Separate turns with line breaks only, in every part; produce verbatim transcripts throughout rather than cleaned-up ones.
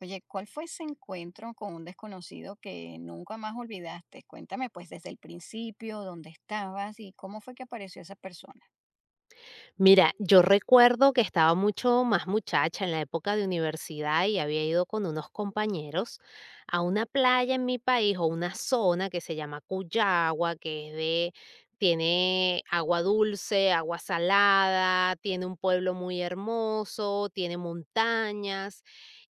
Oye, ¿cuál fue ese encuentro con un desconocido que nunca más olvidaste? Cuéntame pues desde el principio, dónde estabas y cómo fue que apareció esa persona.
Mira, yo recuerdo que estaba mucho más muchacha en la época de universidad y había ido con unos compañeros a una playa en mi país o una zona que se llama Cuyagua, que es de, tiene agua dulce, agua salada, tiene un pueblo muy hermoso, tiene montañas.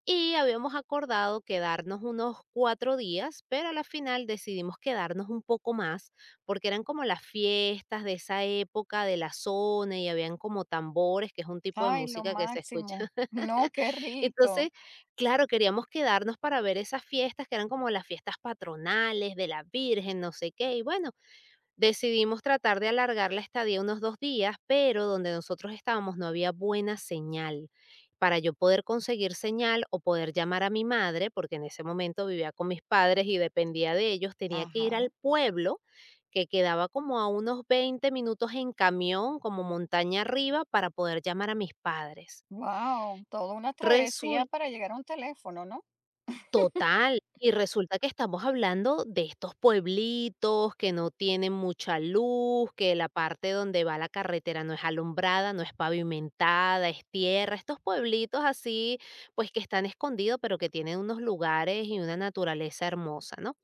Y habíamos acordado quedarnos unos cuatro días, pero a la final decidimos quedarnos un poco más, porque eran como las fiestas de esa época, de la zona, y habían como tambores, que es un tipo de
Ay, lo
música que se escucha.
máximo. No, qué
Entonces,
rico.
claro, queríamos quedarnos para ver esas fiestas, que eran como las fiestas patronales de la Virgen, no sé qué. Y bueno, decidimos tratar de alargar la estadía unos dos días, pero donde nosotros estábamos no había buena señal. Para yo poder conseguir señal o poder llamar a mi madre, porque en ese momento vivía con mis padres y dependía de ellos, tenía que ir al
Ajá.
pueblo que quedaba como a unos veinte minutos en camión, como montaña arriba, para poder llamar a mis padres.
Wow, toda una travesía para llegar a un teléfono, ¿no?
Total, y resulta que estamos hablando de estos pueblitos que no tienen mucha luz, que la parte donde va la carretera no es alumbrada, no es pavimentada, es tierra, estos pueblitos así, pues que están escondidos, pero que tienen unos lugares y una naturaleza hermosa, ¿no?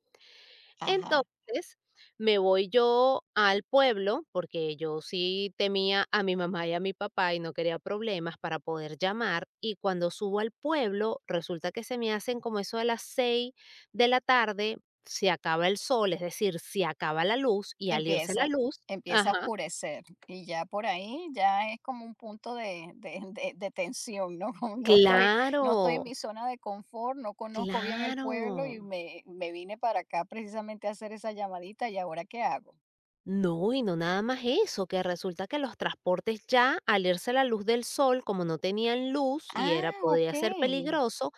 Ajá.
Entonces, me voy yo al pueblo, porque yo sí temía a mi mamá y a mi papá y no quería problemas para poder llamar. Y cuando subo al pueblo, resulta que se me hacen como eso de las seis de la tarde, se acaba el sol, es decir, se acaba la luz y al irse la
Empieza
luz,
empieza a
ajá,
oscurecer, y ya por ahí ya es como un punto de de de de tensión, ¿no? Como no estoy no estoy en
claro,
mi zona de confort, no conozco bien el pueblo, y
claro.
me me vine para acá precisamente a hacer esa llamadita. ¿Y ahora qué hago?
No, y no nada más eso, que resulta que los transportes ya, al irse la luz del sol, como no tenían luz y era
Ah,
podía ser
okey.
peligroso,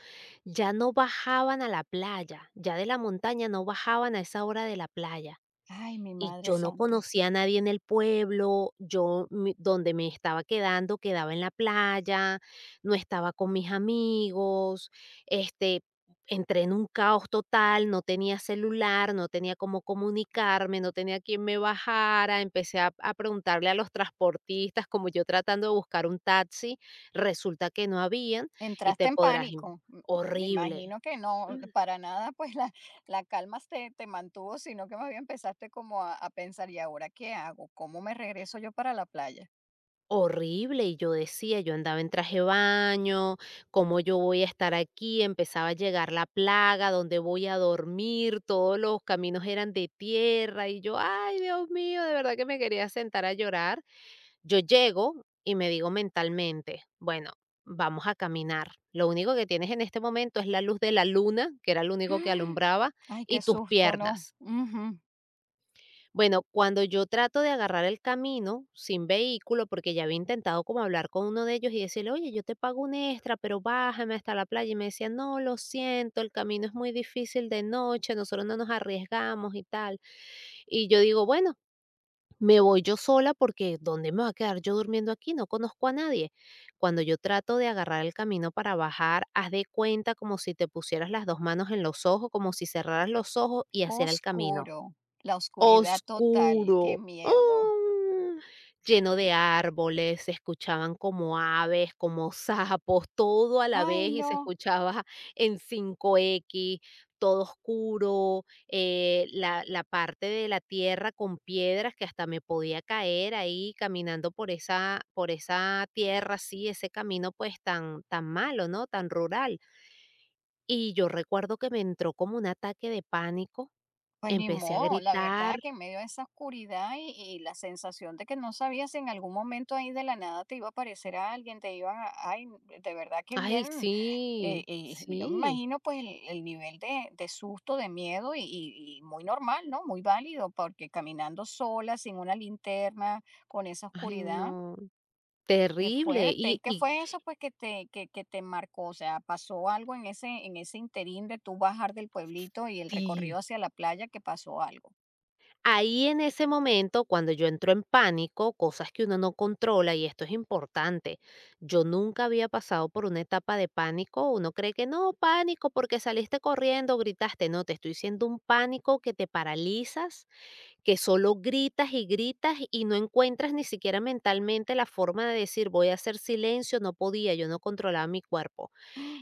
ya no bajaban a la playa, ya de la montaña no bajaban a esa hora de la playa.
Ay, mi
Y
madre
yo no
santa.
conocía a nadie en el pueblo, yo mi donde me estaba quedando, quedaba en la playa, no estaba con mis amigos, este, entré en un caos total, no tenía celular, no tenía cómo comunicarme, no tenía quien me bajara, empecé a a preguntarle a los transportistas, como yo tratando de buscar un taxi, resulta que no habían, y te
Entraste en
podrás im,
pánico. M Me
horrible.
imagino que no, para nada, pues, la la calma te te mantuvo, sino que más bien empezaste como a a pensar, ¿y ahora qué hago? ¿Cómo me regreso yo para la playa?
Horrible, y yo decía, yo andaba en traje de baño, ¿cómo yo voy a estar aquí? Empezaba a llegar la plaga, ¿dónde voy a dormir? Todos los caminos eran de tierra y yo, ay, Dios mío, de verdad que me quería sentar a llorar. Yo llego y me digo mentalmente, bueno, vamos a caminar. Lo único que tienes en este momento es la luz de la luna, que era lo único que
¡Ah!
alumbraba,
Ay,
y
qué
tus
susto, ¿no?
piernas.
Ujú.
Bueno, cuando yo trato de agarrar el camino sin vehículo, porque ya había intentado como hablar con uno de ellos y decirle, oye, yo te pago un extra, pero bájame hasta la playa. Y me decía, no, lo siento, el camino es muy difícil de noche, nosotros no nos arriesgamos y tal. Y yo digo, bueno, me voy yo sola porque ¿dónde me voy a quedar yo durmiendo aquí? No conozco a nadie. Cuando yo trato de agarrar el camino para bajar, haz de cuenta como si te pusieras las dos manos en los ojos, como si cerraras los ojos y hacer el camino
Oscuro, la oscuridad total, qué
oscuro,
miedo.
¡ah! Lleno de árboles, se escuchaban como aves, como sapos, todo a la
Ay,
vez y se
no.
escuchaba en cinco equis, todo oscuro, eh, la la parte de la tierra con piedras que hasta me podía caer ahí caminando por esa por esa tierra así, ese camino, pues, tan tan malo, ¿no?, tan rural. Y yo recuerdo que me entró como un ataque de pánico,
Pues ni
empecé a
modo, la verdad
gritar,
que en medio de esa oscuridad y, y la sensación de que no sabías si en algún momento ahí de la nada te iba a aparecer a alguien, te iban a… Ay, de verdad que
ay,
bien. Eh,
sí,
eh, yo me
sí.
imagino pues el, el nivel de, de susto, de miedo, y, y y muy normal, ¿no? Muy válido, porque caminando sola, sin una linterna, con esa
Ay,
oscuridad.
no,
Qué
terrible.
fuerte.
Y
¿Y qué
y
fue eso, pues, que te que que te marcó? O sea, ¿pasó algo en ese en ese interín de tú bajar del pueblito y el recorrido
sí,
hacia la playa, que pasó algo?
ahí en ese momento, cuando yo entro en pánico, cosas que uno no controla, y esto es importante, yo nunca había pasado por una etapa de pánico. Uno cree que no, pánico porque saliste corriendo, gritaste. No, te estoy diciendo un pánico que te paralizas, que solo gritas y gritas y no encuentras ni siquiera mentalmente la forma de decir voy a hacer silencio, no podía, yo no controlaba mi cuerpo.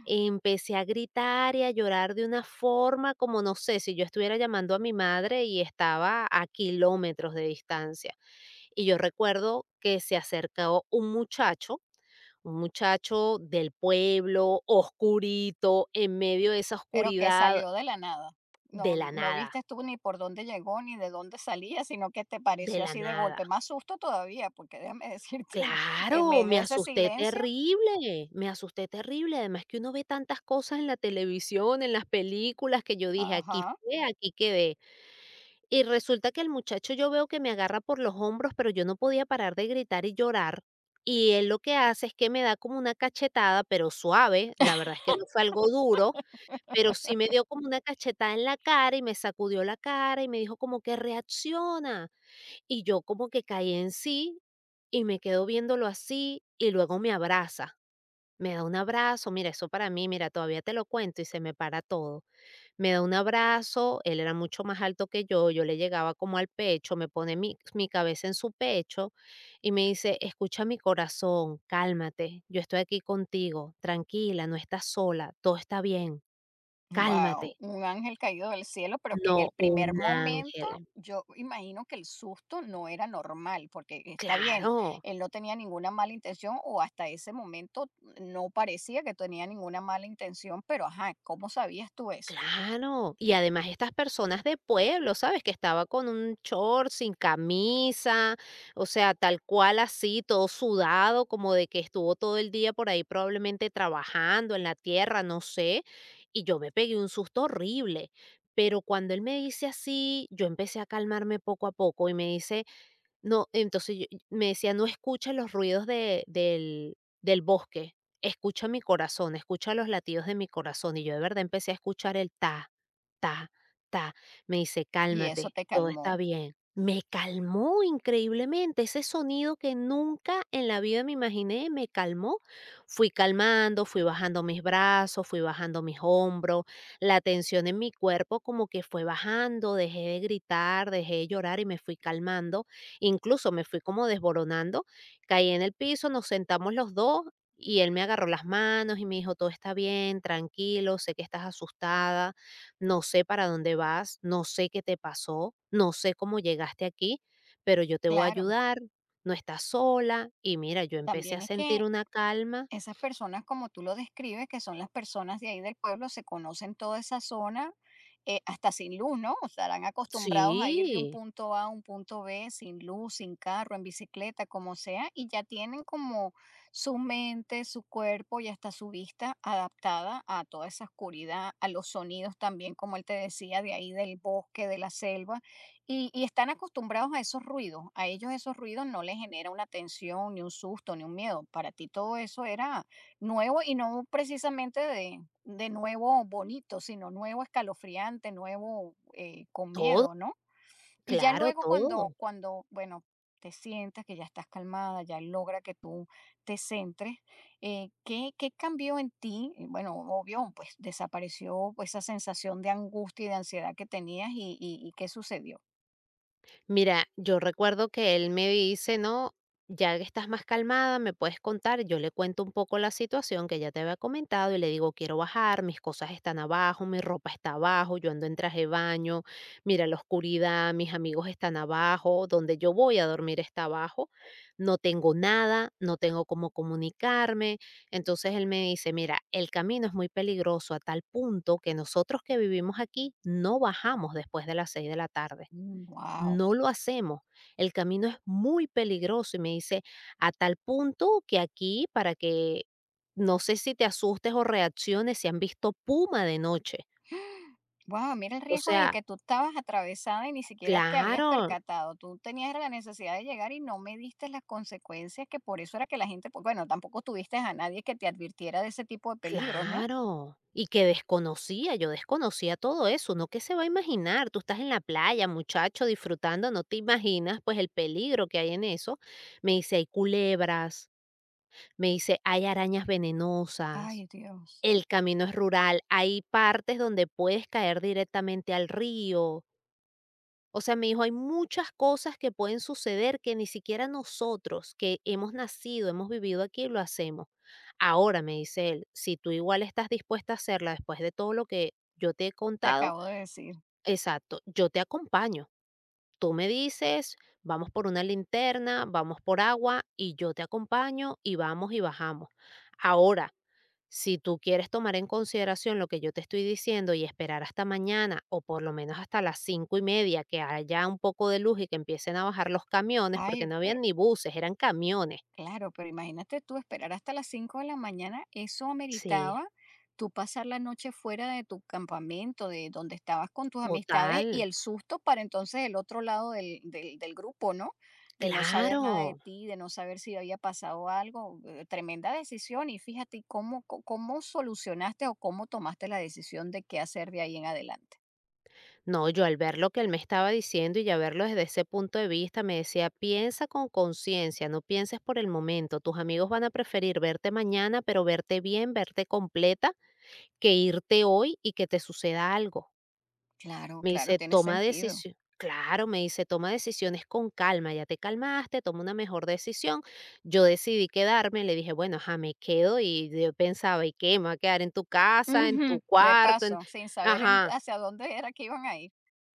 Empecé a gritar y a llorar de una forma como, no sé, si yo estuviera llamando a mi madre y estaba a kilómetros de distancia. Y yo recuerdo que se acercó un muchacho, un muchacho del pueblo, oscurito, en medio de esa
Pero que
oscuridad,
salió de la nada.
de
No,
la
no
nada,
viste tú ni por dónde llegó, ni de dónde salía, sino que te
de
pareció
la
así de
nada.
golpe. Más susto todavía, porque déjame decirte, en en
Claro,
medio
me
de ese
asusté
silencio.
terrible, me asusté terrible. Además que uno ve tantas cosas en la televisión, en las películas, que yo dije, aquí
Ajá.
fue, aquí quedé. Y resulta que el muchacho yo veo que me agarra por los hombros, pero yo no podía parar de gritar y llorar. Y él lo que hace es que me da como una cachetada, pero suave, la verdad es que no fue algo duro. Pero sí me dio como una cachetada en la cara y me sacudió la cara y me dijo como que: "Reacciona". Y yo como que caí en sí y me quedo viéndolo así, y luego me abraza, me da un abrazo, mira, eso para mí, mira, todavía te lo cuento y se me para todo. Me da un abrazo, él era mucho más alto que yo, yo le llegaba como al pecho, me pone mi, mi cabeza en su pecho y me dice, escucha mi corazón, cálmate, yo estoy aquí contigo, tranquila, no estás sola, todo está bien, cálmate.
Wow, un ángel caído del cielo, pero que
No,
en el primer
un
momento
ángel,
yo imagino que el susto no era normal, porque está bien,
claro.
él no tenía ninguna mala intención, o hasta ese momento no parecía que tenía ninguna mala intención, pero ajá, ¿cómo sabías tú eso?
Claro, y además estas personas de pueblo, ¿sabes? Que estaba con un short, sin camisa, o sea, tal cual así, todo sudado, como de que estuvo todo el día por ahí probablemente trabajando en la tierra, no sé, y yo me pegué un susto horrible. Pero cuando él me dice así, yo empecé a calmarme poco a poco y me dice, no, entonces yo- me decía, no escuches los ruidos de- del, del bosque. Escucho mi corazón, escucho los latidos de mi corazón, y yo de verdad empecé a escuchar el ta, ta, ta. Me dice:
Y eso
"Cálmate,
te
todo está
calmó.
bien". Me calmó increíblemente, ese sonido que nunca en la vida me imaginé, me calmó. Fui calmando, fui bajando mis brazos, fui bajando mis hombros, la tensión en mi cuerpo como que fue bajando, dejé de gritar, dejé de llorar y me fui calmando. Incluso me fui como desboronando, caí en el piso, nos sentamos los dos. Y él me agarró las manos y me dijo, todo está bien, tranquilo, sé que estás asustada, no sé para dónde vas, no sé qué te pasó, no sé cómo llegaste aquí, pero yo te voy a
Claro,
ayudar, no estás sola. Y mira, yo empecé a
también es
sentir
que
una calma.
esas personas, como tú lo describes, que son las personas de ahí del pueblo, se conocen toda esa zona, eh, hasta sin luz, ¿no? Estarán acostumbrados a ir de un
Sí,
punto A a un punto B, sin luz, sin carro, en bicicleta, como sea, y ya tienen como su mente, su cuerpo y hasta su vista adaptada a toda esa oscuridad, a los sonidos también, como él te decía, de ahí del bosque, de la selva. Y y están acostumbrados a esos ruidos, a ellos esos ruidos no les genera una tensión, ni un susto, ni un miedo. Para ti todo eso era nuevo, y no precisamente de de nuevo bonito, sino nuevo escalofriante, nuevo, eh, con
todo,
miedo, ¿no? Y ya
claro,
luego
todo.
cuando cuando, bueno, te sientas, que ya estás calmada, ya logra que tú te centres, eh, ¿qué qué cambió en ti? Y bueno, obvio, pues, desapareció pues, esa sensación de angustia y de ansiedad que tenías, ¿y y y qué sucedió?
Mira, yo recuerdo que él me dice, no, ya que estás más calmada, me puedes contar. Yo le cuento un poco la situación que ya te había comentado y le digo, quiero bajar, mis cosas están abajo, mi ropa está abajo, yo ando en traje de baño, mira la oscuridad, mis amigos están abajo, donde yo voy a dormir está abajo, no tengo nada, no tengo cómo comunicarme. Entonces él me dice, mira, el camino es muy peligroso a tal punto que nosotros que vivimos aquí no bajamos después de las seis de la tarde,
Wow.
no lo hacemos. El camino es muy peligroso y me dice, a tal punto que aquí, para que no sé si te asustes o reacciones, si han visto puma de noche.
Wow, mira el
O
riesgo en el
sea,
que tú estabas atravesada y ni siquiera te habías
claro,
percatado. Tú tenías la necesidad de llegar y no mediste las consecuencias, que por eso era que la gente, pues, bueno, tampoco tuviste a nadie que te advirtiera de ese tipo de peligros, ¿no?
claro. Y que desconocía, yo desconocía todo eso, ¿no? ¿Qué se va a imaginar? Tú estás en la playa, muchacho, disfrutando, no te imaginas pues el peligro que hay en eso. Me dice, hay culebras, me dice, hay arañas venenosas,
Ay, Dios,
el camino es rural, hay partes donde puedes caer directamente al río. O sea, me dijo, hay muchas cosas que pueden suceder que ni siquiera nosotros que hemos nacido, hemos vivido aquí, lo hacemos. Ahora, me dice él, si tú igual estás dispuesta a hacerla después de todo lo que yo te he
te
contado,
acabo de decir.
exacto, yo te acompaño. Tú me dices, vamos por una linterna, vamos por agua y yo te acompaño y vamos y bajamos. Ahora, si tú quieres tomar en consideración lo que yo te estoy diciendo y esperar hasta mañana o por lo menos hasta las cinco y media que haya un poco de luz y que empiecen a bajar los camiones,
Ay,
porque no
pero
habían ni buses, eran camiones.
claro, pero imagínate tú esperar hasta las cinco de la mañana, eso
Sí,
ameritaba tú pasar la noche fuera de tu campamento, de donde estabas con tus amistades, y
total,
el susto para entonces el otro lado del, del- del grupo, ¿no? De no saber nada de
claro.
ti, de no saber si había pasado algo, eh, tremenda decisión. Y fíjate cómo, co- cómo solucionaste o cómo tomaste la decisión de qué hacer de ahí en adelante.
No, yo al ver lo que él me estaba diciendo y ya verlo desde ese punto de vista, me decía, piensa con conciencia, no pienses por el momento. Tus amigos van a preferir verte mañana, pero verte bien, verte completa, que irte hoy y que te suceda algo.
Claro,
Me
claro,
dice:
tiene
"Toma
sentido.
decisi", claro, me dice: "Toma decisiones con calma, ya te calmaste, toma una mejor decisión". Yo decidí quedarme, le dije: "Bueno, ajá, me quedo", y yo pensaba: "¿Y qué? ¿Me va a quedar en tu casa, en
Ujú.
tu
De
cuarto, en?".
paso, sin saber en-
Ajá.
hacia dónde era que iban a ir.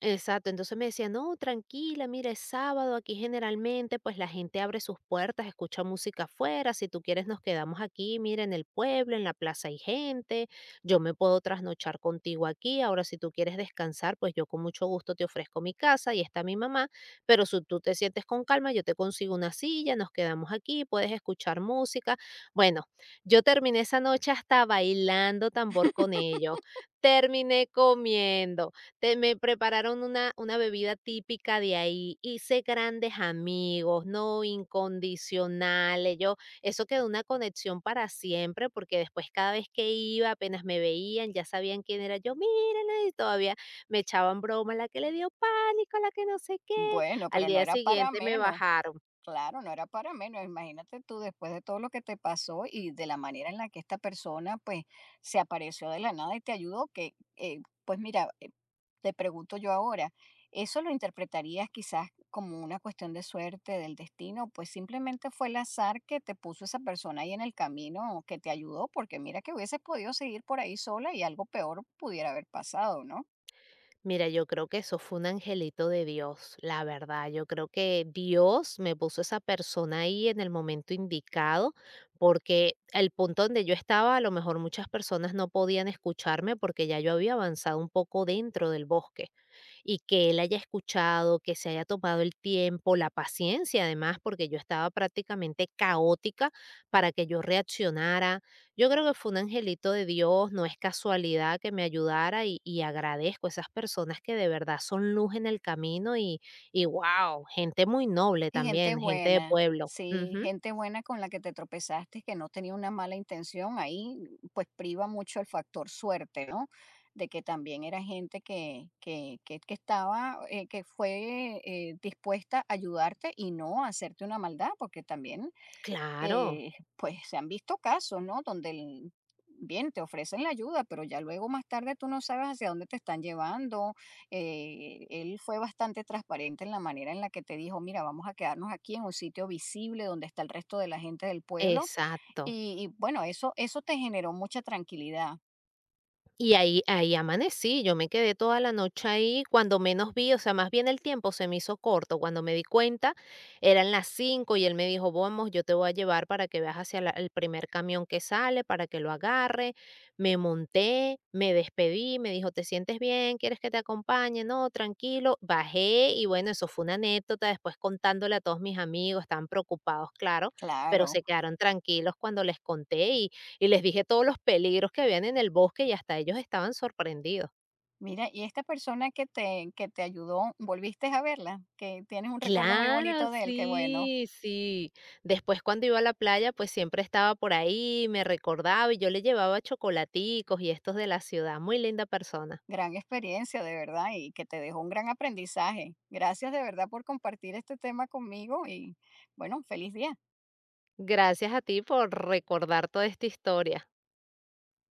Exacto, entonces me decía, no, tranquila, mira, es sábado, aquí generalmente pues la gente abre sus puertas, escucha música afuera, si tú quieres nos quedamos aquí, mira, en el pueblo, en la plaza hay gente, yo me puedo trasnochar contigo aquí, ahora si tú quieres descansar, pues yo con mucho gusto te ofrezco mi casa y está mi mamá, pero si tú te sientes con calma, yo te consigo una silla, nos quedamos aquí, puedes escuchar música. Bueno, yo terminé esa noche hasta bailando tambor con ellos, terminé comiendo. Te me prepararon una una bebida típica de ahí, hice grandes amigos, ¿no? Incondicionales, yo eso quedó una conexión para siempre, porque después cada vez que iba, apenas me veían, ya sabían quién era yo, mírala, y todavía me echaban broma, la que le dio pánico, la que no sé qué.
Bueno,
Al
pero no
día
era para
siguiente me
menos.
bajaron.
Claro, no era para menos. Imagínate tú, después de todo lo que te pasó y de la manera en la que esta persona, pues, se apareció de la nada y te ayudó, que, eh, pues mira, eh, te pregunto yo ahora, ¿eso lo interpretarías quizás como una cuestión de suerte, del destino? Pues simplemente fue el azar que te puso esa persona ahí en el camino, que te ayudó, porque mira que hubieses podido seguir por ahí sola y algo peor pudiera haber pasado, ¿no?
Mira, yo creo que eso fue un angelito de Dios, la verdad. Yo creo que Dios me puso esa persona ahí en el momento indicado, porque el punto donde yo estaba, a lo mejor muchas personas no podían escucharme porque ya yo había avanzado un poco dentro del bosque y que él haya escuchado, que se haya tomado el tiempo, la paciencia además, porque yo estaba prácticamente caótica para que yo reaccionara. Yo creo que fue un angelito de Dios, no es casualidad que me ayudara y, y agradezco a esas personas que de verdad son luz en el camino y, y wow, gente muy noble
Y gente
también, gente de
buena,
pueblo.
sí,
Ujú,
gente buena con la que te tropezaste, que no tenía una mala intención, ahí pues priva mucho el factor suerte, ¿no? De que también era gente que, que, que, que estaba, eh, que fue, eh, dispuesta a ayudarte y no a hacerte una maldad, porque también
claro,
eh, pues se han visto casos, ¿no? Donde el- bien te ofrecen la ayuda, pero ya luego más tarde tú no sabes hacia dónde te están llevando. Eh, él fue bastante transparente en la manera en la que te dijo, mira, vamos a quedarnos aquí en un sitio visible donde está el resto de la gente del pueblo.
exacto.
Y, y bueno, eso, eso te generó mucha tranquilidad,
Y ahí ahí amanecí, yo me quedé toda la noche ahí, cuando menos vi, o sea, más bien el tiempo se me hizo corto, cuando me di cuenta eran las cinco y él me dijo, vamos, yo te voy a llevar para que veas hacia la- el primer camión que sale, para que lo agarre. Me monté, me despedí, me dijo, ¿te sientes bien? ¿Quieres que te acompañe? No, tranquilo. Bajé y bueno, eso fue una anécdota, después contándole a todos mis amigos, estaban preocupados, claro, pero
claro.
se quedaron tranquilos cuando les conté y les dije todos los peligros que habían en el bosque y hasta ellos estaban sorprendidos.
Mira, y esta persona que te, que te ayudó, ¿volviste a verla? Que tienes un recuerdo muy
Claro,
bonito de él, que bueno.
sí, sí. Después cuando iba a la playa, pues siempre estaba por ahí, me recordaba y yo le llevaba chocolaticos y estos de la ciudad. Muy linda persona.
Gran experiencia, de verdad, y que te dejó un gran aprendizaje. Gracias de verdad por compartir este tema conmigo y bueno, feliz día.
Gracias a ti por recordar toda esta historia.